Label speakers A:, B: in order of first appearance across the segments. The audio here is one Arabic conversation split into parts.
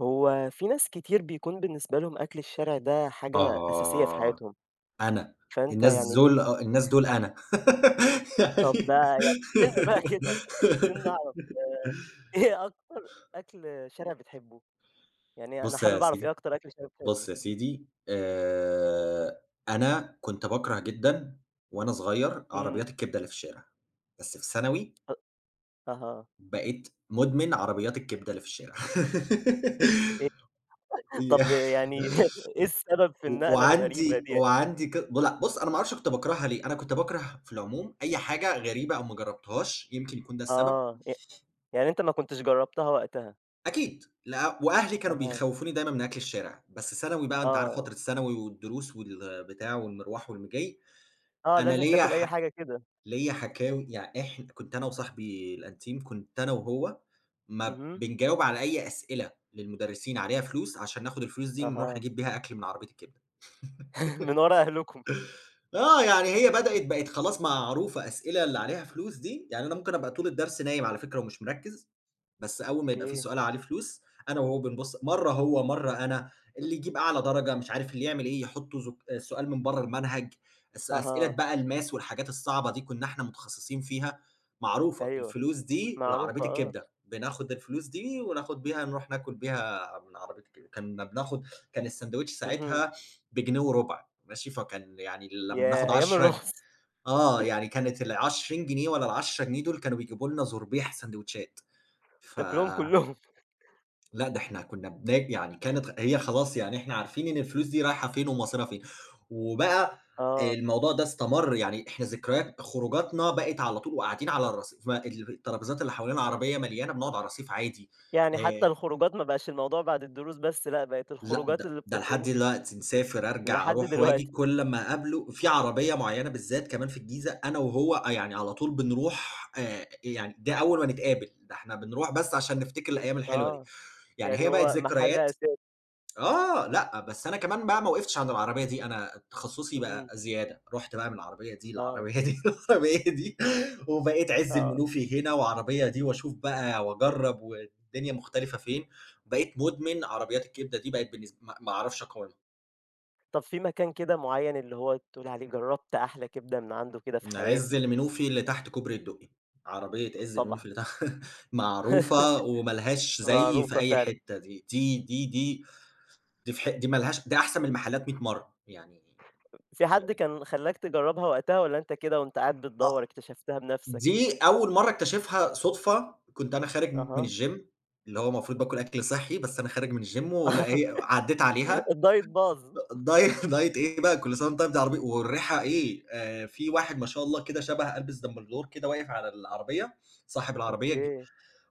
A: هو في ناس كتير بيكون بالنسبة لهم أكل الشارع ده حاجة أساسية في
B: آه،
A: حياتهم،
B: أنا،
A: فأنت
B: الناس
A: يعني
B: دول آه، الناس دول أنا
A: طب
B: يعني
A: بقى يعني احكِ لنا بقى كده، عايزين نعرف إيه أكتر أكل شارع بتحبه؟ يعني أنا
B: بُص يا
A: حابب أعرف إيه
B: سيدي
A: أكتر أكل شارع
B: بُص
A: بتحبه؟
B: يا سيدي، أنا كنت باكره جدًا وأنا صغير
A: إمم،
B: عربيات الكبدة اللي في الشارع، بس في ثانوي
A: أ أها،
B: بقيت مدمن عربيات الكبدة اللي في الشارع.
A: إيه
B: ي
A: طب يعني إيه السبب في
B: و
A: النقلة الغريبة
B: وعندي
A: دي يعني؟
B: وعندي ك ب لأ، بُص أنا ما أعرفش كنت باكرهها ليه، أنا كنت باكره في العموم أي حاجة غريبة أو ما جربتهاش، يمكن يكون ده السبب،
A: آه، يعني أنت ما كنتش جرّبتها وقتها،
B: أكيد لأ وأهلي كانوا
A: أها،
B: بيخوّفوني دايمًا من أكل الشارع، بس ثانوي بقى أنت عارف
A: آه،
B: فترة الثانوي والدروس والبتاع والمروح واللي جاي،
A: آه
B: أنا
A: لازم تاكل أي حاجة كده،
B: ليّا حكاوي، يعني إحنا كنت أنا وصاحبي الأنتيم، كنت أنا وهو ما
A: اهم،
B: بنجاوب على أي أسئلة للمدرسين عليها فلوس، عشان ناخد الفلوس دي نروح
A: أها،
B: نجيب بيها أكل من عربية الكبدة.
A: من ورا أهلكم،
B: آه، يعني هي بدأت بقت خلاص معروفة، أسئلة اللي عليها فلوس دي، يعني أنا ممكن أبقى طول الدرس نايم على فكرة ومش مركّز، بس أول ما يبقى في
A: أوكي،
B: سؤال عليه فلوس، أنا وهو بنبُص مرّة هو، مرّة أنا، اللي يجيب أعلى درجة مش عارف اللي يعمل إيه، يحطّوا زك سؤال من برّه المنهج، أسئلة
A: أها،
B: بقى الماس والحاجات الصعبة دي كُنّا إحنا متخصصين فيها، معروفة
A: أيوه.
B: الفلوس دي لعربية
A: معروفة آه،
B: الكبدة، بناخُد الفلوس دي وناخُد بيها نروح ناكل بيها من عربية الكبدة، كنّا بناخُد. كان الساندوتش
A: اهم،
B: ساعتها بجنيه وربع ماشي، فكان يعني لمّا بناخُد
A: ياه! أيام
B: 10
A: الرقص
B: آه، يعني كانت ال20 جنيه والّا ال10 جنيه دول كانوا بيجيبوا لنا زُربيح ساندوتشات، ف
A: تاكلهم كلّهم،
B: لأ، ده إحنا كنا يعني كانت هي خلاص، يعني إحنا عارفين إن الفلوس دي رايحة فين ومصيرها فين، وبقى
A: آه،
B: الموضوع ده استمر، يعني إحنا ذكريات خروجاتنا بقت على طول وقاعدين على الرصيف، ما ال الترابيزات اللي حوالين العربية مليانة بنقعد على الرصيف عادي.
A: يعني حتى
B: آآ،
A: الخروجات ما بقاش الموضوع بعد الدروس بس لأ، بقت
B: لأ
A: الخروجات
B: ده
A: اللي
B: ده لحد
A: بتخرجوا
B: دلوقتي نسافر، أرجع،
A: لحد
B: أروح وآجي
A: دلوقتي،
B: كل أمّا أقابله في عربية معينة بالذات، كمان في الجيزة أنا وهو، آه، يعني على طول بنروح، يعني ده أول ما نتقابل، ده إحنا بنروح بس عشان نفتكر الأيام الحلوة دي،
A: آه،
B: يعني
A: يعني
B: هي بقت
A: هو محل
B: ذكريات.
A: أساسي،
B: آه، لأ، بس أنا كمان بقى ما وقفتش عند العربية دي، أنا تخصُّصي بقى
A: اهم،
B: زيادة، رُحت بقى من العربية دي
A: آه،
B: للعربية دي للعربية دي، وبقيت عِز
A: آه،
B: المنوفي هنا وعربية دي، وأشوف بقى وأجرّب والدنيا مختلفة فين، بقيت مدمن عربيات
A: اهم،
B: الكبدة دي، بقت بالنسب ما ما أعرفش أقاومها.
A: طب في مكان كده معيّن اللي هو تقول عليه جرّبت أحلى كبدة من عنده كده في
B: عِز
A: حياتي؟
B: المنوفي اللي تحت كوبري الدقي، عربية عِز
A: طبعًا،
B: المنوفي اللي تحت معروفة وما لهاش زي في
A: معروفة
B: أي
A: فعلًا،
B: حتّة، دي، دي في ح دي ما لهاش، دي أحسن من المحلات 100 مرّة، يعني.
A: في حد
B: يعني
A: كان خلّاك تجرّبها وقتها والّا أنت كده وأنت قاعد بتدوّر
B: أ
A: اكتشفتها بنفسك؟
B: دي أول مرّة اكتشفها صُدفة، كنت أنا خارج من
A: أها،
B: الgym اللي هو المفروض باكل أكل صحّي، بس أنا خارج من الgym ولا هي عدّيت عليها.
A: الدايت باظ،
B: دايت دايت إيه بقى، كل سنة وأنت طيب، دي عربي والريحة إيه، في واحد ما شاء الله كده شبه ألبِس دامبلدور كده واقف على العربية، صاحب العربية ج
A: أوكي.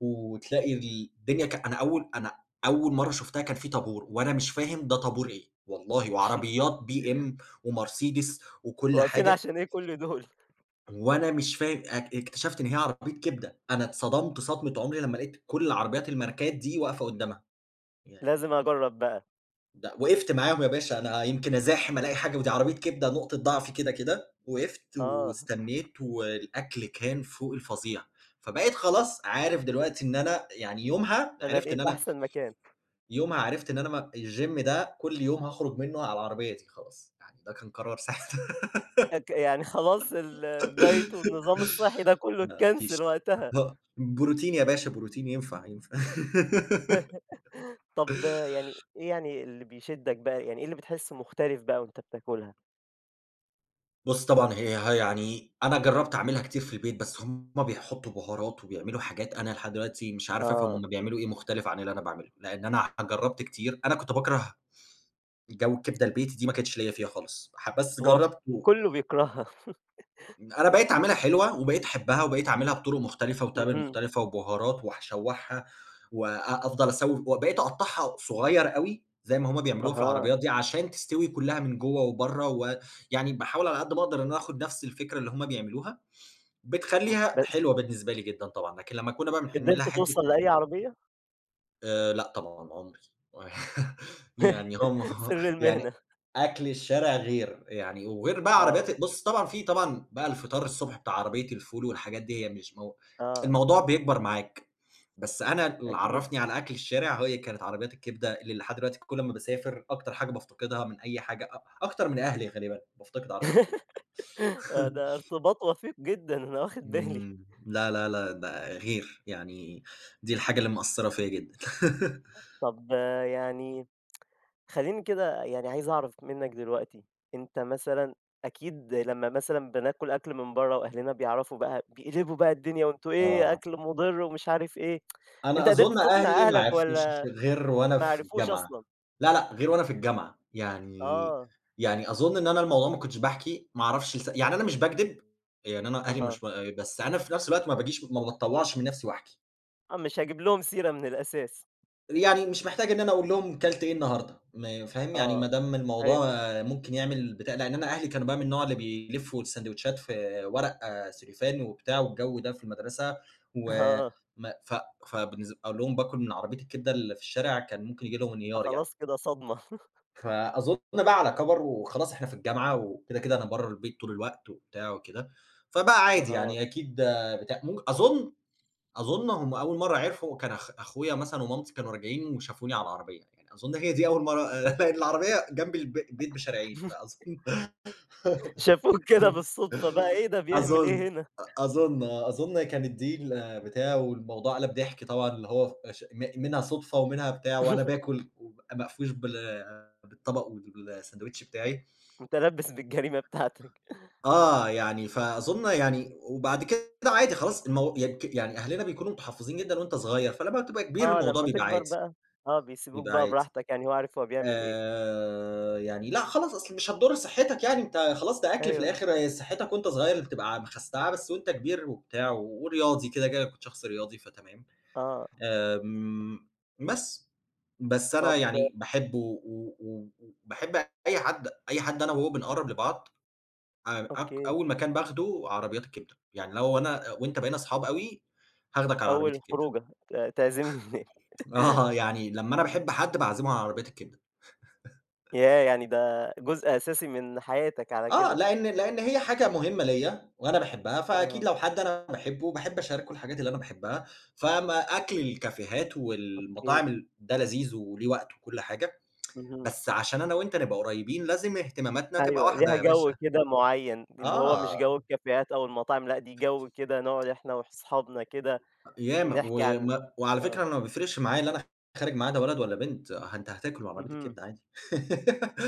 B: وتلاقي الدنيا. ك أنا أول أنا أول مرّة شُفتها كان في طابور وأنا مش فاهم ده طابور إيه، والله وعربيات BMW وMercedes وكل
A: واقفين
B: حاجة.
A: عشان إيه كل دول؟
B: وأنا مش فاهم، اكتشفت إن هي عربية كبدة، أنا اتصدمت صدمة عمري لمّا لقيت كل عربيات الماركات دي واقفة قدامها،
A: لازم
B: يعني.
A: أجرّب بقى.
B: ده وقفت معاهم يا باشا، أنا يمكن أزاحم ألاقي حاجة، ودي عربية كبدة نقطة ضعفي كده، وقفت
A: آه،
B: واستنيت والأكل كان فوق الفظيع، فبقيت خلاص عارف دلوقتي إن أنا، يعني يومها
A: أنا
B: عرفت إن
A: لقيت
B: أنا،
A: أحسن مكان.
B: يومها عرفت إن أنا، ما الGym ده كل يوم هاخرج منه على العربية دي خلاص، يعني ده كان قرار ساعتها.
A: يعني خلاص الدايت والنظام الصحي ده كلّه
B: ما فيش.
A: اتكنسل وقتها.
B: آه، بروتين يا باشا، بروتين ينفع، ينفع.
A: طب يعني إيه يعني اللي بيشدّك بقى، يعني إيه اللي بتحسّه مختلف بقى وأنت بتاكلها؟
B: بُص، طبعًا هي يعني أنا جرّبت أعملها كتير في البيت، بس هم بيحطّوا بهارات وبيعملوا حاجات أنا لحد دلوقتي مش عارف أفهم
A: آه،
B: هم بيعملوا إيه مختلف عن اللي أنا باعمله، لإن أنا جرّبت كتير، أنا كنت باكره جو الكبدة البيتي، دي ما كانتش ليّا فيها خالص، بس
A: هو
B: جرّبته،
A: كلّه بيكرهها.
B: أنا بقيت أعملها حلوة، وبقيت أحبها، وبقيت أعملها بطرق مختلفة وتوابل
A: اهم،
B: مختلفة وبهارات، وهاشوّحها أفضل أسوّي، وبقيت أقطّعها صغيّر أوي زي ما هُم بيعملوها في
A: أها،
B: العربيات دي، عشان تستوي كلّها من جوّه وبرّه، ويعني باحاول على قد ما أقدر إن أنا آخد نفس الفكرة اللي هُم بيعملوها، بتخلّيها
A: بس
B: حلوة بالنسبة لي جدًا طبعًا، لكن لمّا كُنّا بقى بنعملها
A: قدرت
B: حتّة.
A: توصل لأي عربية؟
B: لأ طبعًا عمري يعني هم
A: سر المهنة.
B: يعني أكل الشارع غير، يعني وغير بقى عربيات
A: آه،
B: بُص، طبعًا طبعًا بقى الفطار الصبح بتاع عربية الفول والحاجات دي، هي مش مو
A: آه،
B: الموضوع بيكبر معاك، بس أنا اللي
A: أكيد.
B: عرّفني على أكل الشارع هي كانت عربيات الكبدة، اللي لحد دلوقتي كل ما باسافر أكتر حاجة بافتقدها من أي حاجة أكتر من أهلي غالبًا، بافتقد عربية الكبدة.
A: ده ارتباط وثيق جدًا أنا واخد بالي.
B: لا، لا، لا، ده غير، يعني دي الحاجة اللي مأثّرة فيّا جدًا.
A: طب يعني خلّيني كده يعني عايز أعرف منّك دلوقتي، أنت مثلًا أكيد لمّا مثلًا بناكل أكل من برّه وأهلنا بيعرفوا بقى بيقلبوا بقى الدنيا وأنتم إيه
B: آه.
A: أكل مُضِر ومش عارف إيه، أنت
B: أنا
A: قدرت
B: أظن
A: تقنع
B: أهلي ما
A: أهلك
B: عرفوش
A: والّا
B: غير وأنا
A: ما
B: في
A: عرفوش
B: الجامعة،
A: أصلًا؟
B: لا، لأ، غير وأنا في الجامعة، يعني.
A: آه،
B: يعني أظن إن أنا الموضوع ما كنتش باحكي، ما أعرفش يعني أنا مش باكدب، يعني أنا أهلي
A: أها،
B: مش ب بس أنا في نفس الوقت ما باجيش، ما باتطوّعش من نفسي وأحكي.
A: آه مش هاجيب لهم سيرة من الأساس،
B: يعني مش محتاج إن أنا أقول لهم كلت إيه النهارده، ما فاهم؟ يعني ما
A: آه،
B: دام
A: أيوه،
B: الموضوع آه، ممكن يعمل بتاع، لإن أنا أهلي كانوا بقى من النوع اللي بيلفّوا الساندوتشات في ورق آه، سليفان وبتاع والجو ده في المدرسة، و
A: آه،
B: ما ف أقول لهم باكل من عربية الكبدة اللي في الشارع كان ممكن ييجي لهم انهيار يعني.
A: فخلاص كده صدمة،
B: فأظن بقى على كَبَر وخلاص إحنا في الجامعة وكده، أنا برّه البيت طول الوقت وبتاع وكده، فبقى عادي
A: أها،
B: يعني أكيد آه، بتاع أظن. أظن هم أول مرّة عرفوا كان أخويا مثلًا ومامتي كانوا راجعين وشافوني على العربية، يعني أظن هي دي أول مرّة لإن العربية جنب البيت بشارعين، فأظن.
A: شافوك كده بالصدفة بقى إيه ده بيعمل
B: أظن
A: إيه هنا؟
B: أظن آه، أظن كانت دي البتاع، والموضوع قَلَب ضحك طبعًا، اللي هو ش م منها صُدفة ومنها بتاع، وأنا باكل وبابقى مقفوش بالطبق والساندوتش بتاعي.
A: متلبّس بالجريمة بتاعتك.
B: آه، يعني فأظن يعني، وبعد كده عادي خلاص، المو يك يعني أهلنا بيكونوا متحفّظين جدًا وأنت صغير، فلمّا بتبقى كبير
A: آه،
B: الموضوع
A: لمّا
B: بيبقى
A: تكبر
B: عادي،
A: بقى آه، بيسيبوك
B: بيبقى
A: بقى
B: عادي.
A: براحتك يعني هو عارف هو بيعمل إيه.
B: يعني لأ خلاص، أصل مش هتضُر صحّتك يعني، أنت خلاص ده أكل في
A: أيوه،
B: الآخر، هي صحّتك وأنت صغير اللي بتبقى مخستعاه، بس وأنت كبير وبتاع ورياضي كده، كنت شخص رياضي فتمام.
A: آه.
B: آمم بس. بس أنا
A: طب
B: يعني باحبه و و وباحب أي حد أنا وهو بنقرّب لبعض، أك
A: أوكي،
B: أول مكان باخده عربيات الكبدة، يعني لو أنا وأنت بقينا أصحاب أوي، هاخدك على عربية
A: أول
B: الكبدة.
A: خروجة تعزمني هناك،
B: آه، يعني لمّا أنا باحب حد باعزمه على عربية الكبدة.
A: ياه! يعني ده جزء أساسي من حياتك على
B: آه،
A: كده.
B: لإن هي حاجة مهمة ليّا وأنا باحبها، فأكيد
A: آه،
B: لو حد أنا باحبه، باحب أشاركه الحاجات اللي أنا باحبها، فما أكل الكافيهات
A: أوكي،
B: والمطاعم ده لذيذ وليه وقته وكل حاجة،
A: اهم.
B: بس عشان أنا وأنت نبقى قريبين لازم اهتماماتنا تبقى
A: أيوه، ليها
B: واحدة يا
A: جو
B: باشا.
A: كده معيّن، اللي هو مش
B: آه،
A: جو الكافيهات أو المطاعم، لأ، دي جو كده نقعد إحنا وأصحابنا كده
B: ياما
A: نحكي عن
B: وما وعلى فكرة
A: آه،
B: أنا ما بيفرقش معايا اللي أنا خارج معاه ده ولد والّا بنت، أنت هتاكل من عربية
A: اهم.
B: الكبدة عادي.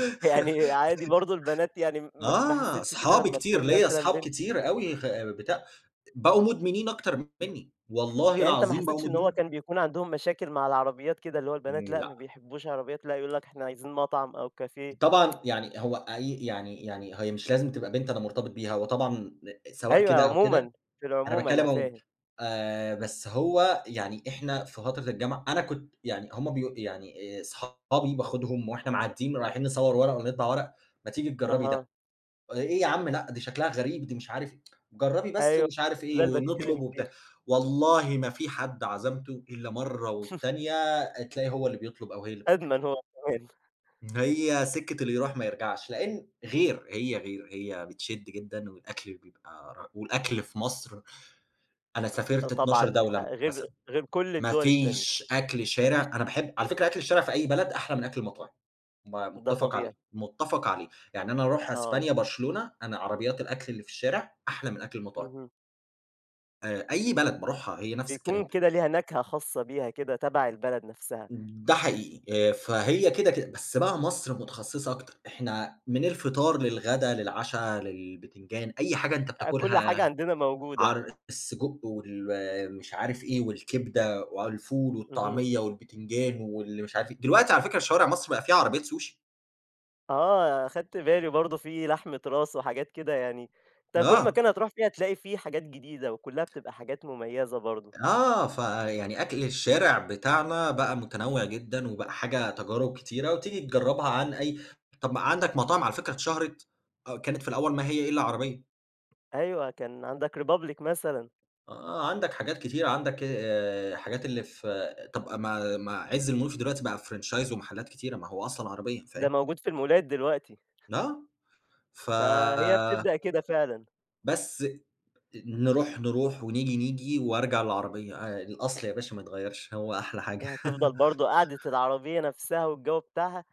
A: يعني عادي برضه البنات يعني ما
B: آه،
A: حسيتش كده لمّا تكون مثلًا
B: أصحاب
A: بنت؟
B: كتير أوي خ بتاع بقوا مدمنين أكتر منّي، والله
A: يعني أنت ما
B: العظيم
A: حسيتش
B: بقوا
A: إن هو
B: مدمنين.
A: كان بيكون عندهم مشاكل مع العربيات كده، اللي هو البنات لأ ما
B: لأ،
A: بيحبوش عربيات، لأ يقول لك إحنا عايزين مطعم أو كافيه
B: طبعًا يعني هو أي يعني يعني هي مش لازم تبقى بنت أنا مرتبط بيها، هو طبعًا سواء
A: أيوه
B: كده أو كده،
A: عمومًا، في
B: أنا
A: العموم أنا
B: باتكلّم عمومًا.
A: فاهم،
B: بس هو يعني إحنا في فترة الجامعة أنا كنت يعني هم بيق يعني صحابي باخدهم وإحنا معدّيين رايحين نصوّر ورق ونطبع ورق، ما تيجي تجرّبي ده.
A: أها،
B: آه، إيه يا عم لأ، دي شكلها غريب، دي مش عارف إيه، جرّبي بس
A: أيوه
B: ومش عارف
A: بالضبط
B: إيه،
A: ده اللي باتكلم
B: ونطلب
A: فيه،
B: وبتاع. والله ما في حد عزمته إلا مرّة والتانية تلاقي هو اللي بيطلب أو هي اللي بتطلب.
A: أدمن هو كمان
B: هي سكة اللي يروح ما يرجعش، لإن غير، هي غير، هي بتشد جدًا والأكل بيبقى والأكل في مصر، أنا
A: آه
B: سافرت 12
A: طبعًا
B: دولة
A: غير
B: مثلًا،
A: غير كل
B: ما
A: الدول التانية،
B: فيش أكل
A: ما
B: شارع.
A: فيش
B: أنا باحب على فكرة أكل الشارع في أي بلد أحلى من أكل المطاعم.
A: ده
B: مُتّفق عليه،
A: طبيعي،
B: مُتّفق عليه. يعني أنا أروح
A: آه،
B: أسبانيا، برشلونة، أنا عربيات الأكل اللي في الشارع أحلى من أكل المطاعم.
A: اهم،
B: أي بلد باروحها هي نفس
A: بيكون
B: الكلام.
A: كده ليها نكهة خاصة بيها كده تبع البلد نفسها،
B: ده حقيقي. فهي كده. بس بقى مصر متخصصة أكتر. إحنا من الفطار للغدا، للعشا، للبتنجان، أي حاجة أنت
A: كل
B: بتاكلها،
A: حاجة عندنا موجودة،
B: السجق مش عارف إيه، والكبدة والفول
A: اهم.
B: والطعمية والبتنجان واللي مش عارف إيه. دلوقتي على فكرة شوارع مصر بقى فيها عربيات سوشي.
A: آه، أخدت بالي برضه في لحمة راس وحاجات كده يعني، أنت كل
B: آه.
A: مكان هتروح فيه هتلاقي فيه حاجات جديدة وكلّها بتبقى حاجات مميزة برضه.
B: آه، فيعني أكل الشارع بتاعنا بقى متنوع جدًا، وبقى حاجة تجارب كتيرة، وتيجي تجربها عن أي. طب ما عندك مطاعم على فكرة اتشهرت، آه، كانت في الأول ما هي إلا عربية،
A: أيوه، كان عندك Republic مثلًا،
B: آه، عندك حاجات كتيرة، عندك حاجات اللي في، طب ما ما عز المنوفي دلوقتي بقى franchise ومحلات كتيرة، ما هو أصلًا عربية
A: ده
B: فاهم؟
A: موجود في المولات دلوقتي،
B: آه، ف
A: فهي بتبدأ كده فعلًا،
B: بس نروح ونيجي، نيجي وأرجع للعربية، الأصل يا باشا ما يتغيرش، هو أحلى حاجة.
A: هي هتفضل برضه قعدة العربية نفسها والجو بتاعها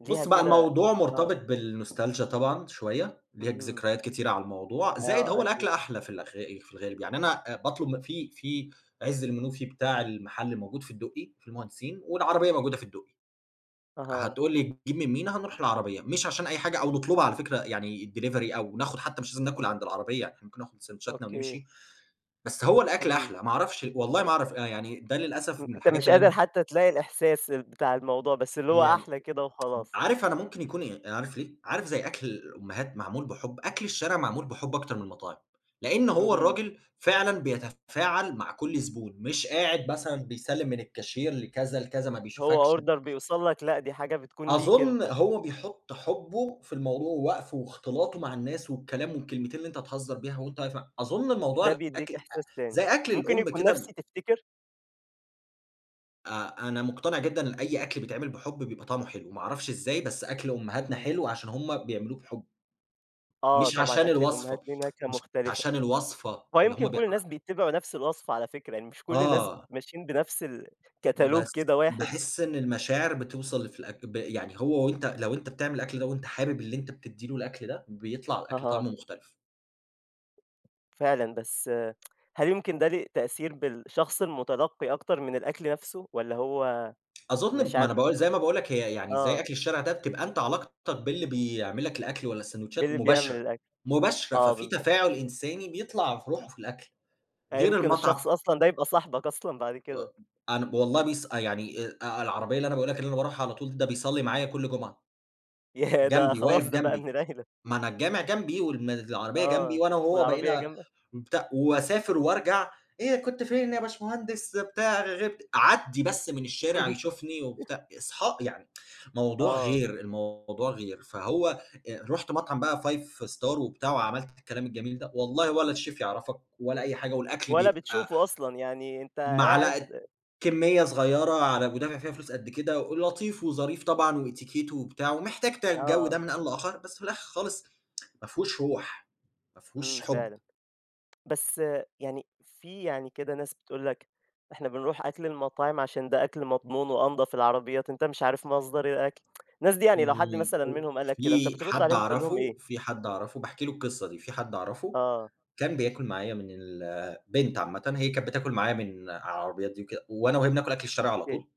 A: ليها
B: بُص بقى
A: كده
B: الموضوع
A: آه،
B: مرتبط بالنوستالجيا طبعًا شوية، ليك
A: اهم،
B: ذكريات كتيرة على الموضوع، زائد
A: آه
B: هو الأكل
A: أكيد،
B: أحلى في الغالب، يعني أنا باطلب م في في عِز المنوفي، بتاع المحل موجود في الدُقّي في المهندسين، والعربية موجودة في الدُقّي،
A: أها،
B: هتقول لي تجيب من مين؟ هنروح العربية، مش عشان أي حاجة أو نطلبها على فكرة يعني delivery أو ناخد، حتى مش لازم ناكل عند العربية، إحنا ممكن ناخد سندوتشاتنا
A: أوكي،
B: ونمشي، بس هو الأكل
A: اهم،
B: أحلى، ما أعرفش والله ما أعرف، يعني ده للأسف من
A: أنت
B: الحاجات
A: مش
B: اللي
A: قادر
B: أنا
A: حتى تلاقي الإحساس بتاع الموضوع، بس اللي هو
B: هي
A: أحلى كده وخلاص،
B: عارف أنا ممكن يكون إيه، أنا عارف ليه؟ عارف زي أكل الأمهات معمول بحُب، أكل الشارع معمول بحُب أكتر من المطاعم، لإن هو
A: اهم.
B: الراجل فعلًا بيتفاعل مع كل زبون، مش قاعد مثلًا بيسلِّم من الكاشير لكذا، ما
A: هو
B: بيشوفكش.
A: order بيوصل لك، لأ دي حاجة بتكون ليك
B: أظن
A: أنت،
B: هو بيحُط حُبّه في الموضوع، ووقفه واختلاطه مع الناس والكلام والكلمتين اللي أنت هتهزّر بيها وأنت واقف، مع أظن الموضوع
A: ده
B: الأكل
A: بيدّيك
B: أ
A: إحساس تاني.
B: زي أكل
A: ممكن
B: الأم
A: يكون نفْسي
B: كده.
A: تفتكر
B: أ أنا مقتنع جدًا إن أي أكل بيتعمل بحُب بيبقى طعمه حلو، ما أعرفش إزاي، بس أكل أمهاتنا
A: اهم.
B: حلو عشان هم بيعملوه بحُب.
A: آه
B: مش
A: طبعًا
B: عشان
A: أكل الأمهات
B: الوصفة،
A: ليه نكهة
B: مش
A: مختلفة،
B: عشان الوصفة
A: هو
B: اللي
A: يمكن
B: هم بيع
A: كل الناس بيتّبعوا نفْس الوصفة على فكرة، يعني مش كل الناس
B: آه،
A: ماشيين بنفْس الكتالوج
B: بس
A: كده واحد
B: باحس إن المشاعر بتوصل في الأك ب يعني، هو وأنت لو أنت بتعمل الأكل ده وأنت حابب اللي أنت بتدّي له الأكل ده، بيطلع الأكل
A: أها،
B: طعمه مختلف.
A: فعلًا بس هل يمكن ده ليه تأثير بالشخص المتلقّي أكتر من الأكل نفْسه، والّا هو
B: أظن، ما
A: مشاعر
B: أنا باقول زي ما باقول لك، هي يعني زي
A: آه،
B: أكل الشارع ده، بتبقى أنت علاقتك باللي بيعمل لك الأكل والّا
A: مين
B: الساندوتشات
A: اللي بيعمل
B: مباشرة،
A: الأكل؟
B: مباشرة،
A: آه
B: ففي
A: بالضبط،
B: تفاعل إنساني بيطلع في روحه في الأكل،
A: يعني
B: غير
A: يمكن
B: المطعم.
A: الشخص أصلًا ده يبقى صاحبك أصلًا بعد كده،
B: آآ، أنا والله يعني، العربية اللي أنا باقول لك، اللي أنا باروحها على طول، ده بيصلّي معايا كل جمعة.
A: ياه! ده
B: جنبي،
A: خلاص
B: واقف
A: ده بقى من
B: جنبي،
A: العيلة.
B: ما أنا الجامع جنبي العربية جنبي،
A: آه،
B: وأنا وهو
A: والعربية
B: بقينا
A: جنبك
B: بتاع، وأسافر وأرجع، "إيه كنت فين يا باشمهندس بتاع غِبت." أعدّي بس من الشارع يشوفني وبتاع، يعني موضوع
A: آه،
B: غير، الموضوع غير، فهو رُحت مطعم بقى five star وبتاع، وعملت الكلام الجميل ده، والله ولا الchef يعرفك ولا أي حاجة، والأكل
A: ولا
B: بيبقى
A: بتشوفه أصلًا، يعني أنت
B: معلقة
A: قاعد
B: كمية صغيرة، على ودافع فيها فلوس قد كده، ولطيف وظريف طبعًا وEtiquette وبتاع، ومحتاج الجو ده
A: آه،
B: من آن لآخر، بس في الآخر خالص ما فيهوش روح، ما
A: إمم،
B: فيهوش حُب.
A: فعلًا. بس يعني في يعني كده ناس بتقول لك إحنا بنروح أكل المطاعم عشان ده أكل مضمون وأنضف العربيات، أنت مش عارف مصدر الأكل، الناس دي يعني لو حد
B: إمم،
A: مثلًا منهم قال لك كده، أنت بترد عليهم تقول لهم إيه؟
B: في حد أعرفه باحكي له القصة دي، في حد أعرفه
A: آه،
B: كان بياكل معايا من بنت عامةً، هي كانت بتاكل معايا من على العربيات دي وكده، وأنا وهي بناكل أكل الشارع على
A: أوكي،
B: طول.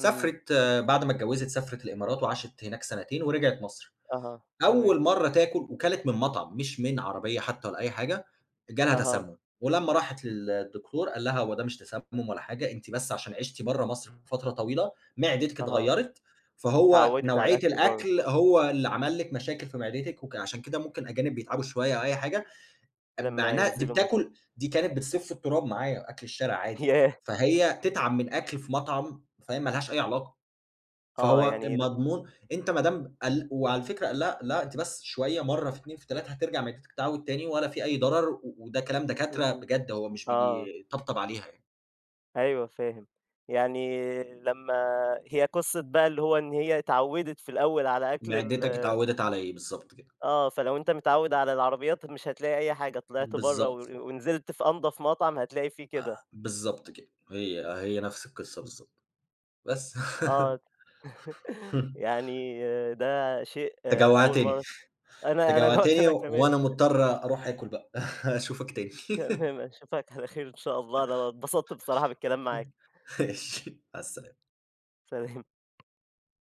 A: اهم،
B: آه، بعد ما اتجوزت سافرت الإمارات وعاشت هناك سنتين ورجعت مصر.
A: أها، تمام،
B: أول مرّة تاكل وكلت من مطعم، مش من عربية حتى ولا أي حاجة، جالها
A: أها،
B: تسمُّم، ولمّا راحت للدكتور قال لها: "هو ده مش تسمُّم ولا حاجة، أنتِ بس عشان عِشتِ برّه مصر فترة طويلة، معدتِك
A: أها،
B: اتغيّرت، فهو
A: اتعودت على
B: نوعية
A: الأكل برّه
B: الأكل هو اللي عمل لِك مشاكل في معدتِك، عشان كده ممكن أجانب بيتعبوا شوية أو أي حاجة." مع
A: لمّا
B: إنها دي
A: ينزلوا مصر،
B: بتاكل، دي كانت بتصيف في التراب معايا، أكل الشارع عادي،
A: ياه!
B: فهي تتعب من أكل في مطعم، فهي ما لهاش أي علاقة.
A: آه،
B: فهو
A: يعني
B: مضمون أنت ما دام قل، وعلى فكرة لأ، لأ، أنتِ بس شوية مرّة في 2 في 3 هترجع تتعود تاني ولا في أي ضرر، وده كلام دكاترة
A: اهم،
B: بجد، هو مش
A: آه.
B: بيطبطب عليها يعني،
A: أيوه فاهم. يعني لمّا هي قصة بقى اللي هو إن هي اتعوّدت في الأول على أكل ال
B: معدتك اتعودت على إيه، بالضبط كده،
A: آه، فلو أنت متعوّد على العربيات مش هتلاقي أي حاجة، طلعت برّه و
B: بالضبط،
A: ونزلت في أنضف مطعم هتلاقي فيه كده.
B: بالضبط كده، هي هي نفس القصة بالضبط، بس.
A: آه، يعني آه، ده شيء
B: أنت
A: آه، أول
B: جوّعتني،
A: مرّة أنا
B: أنت
A: أنا جُعت
B: جوّعتني
A: أنا كمان.
B: وأنا مضطر أروح آكل بقى، أشوفك تاني.
A: تمام، أشوفك على خير إن شاء الله، أنا اتبسطت بصراحة بالكلام معاك.
B: ماشي، مع السلامة.
A: سلام.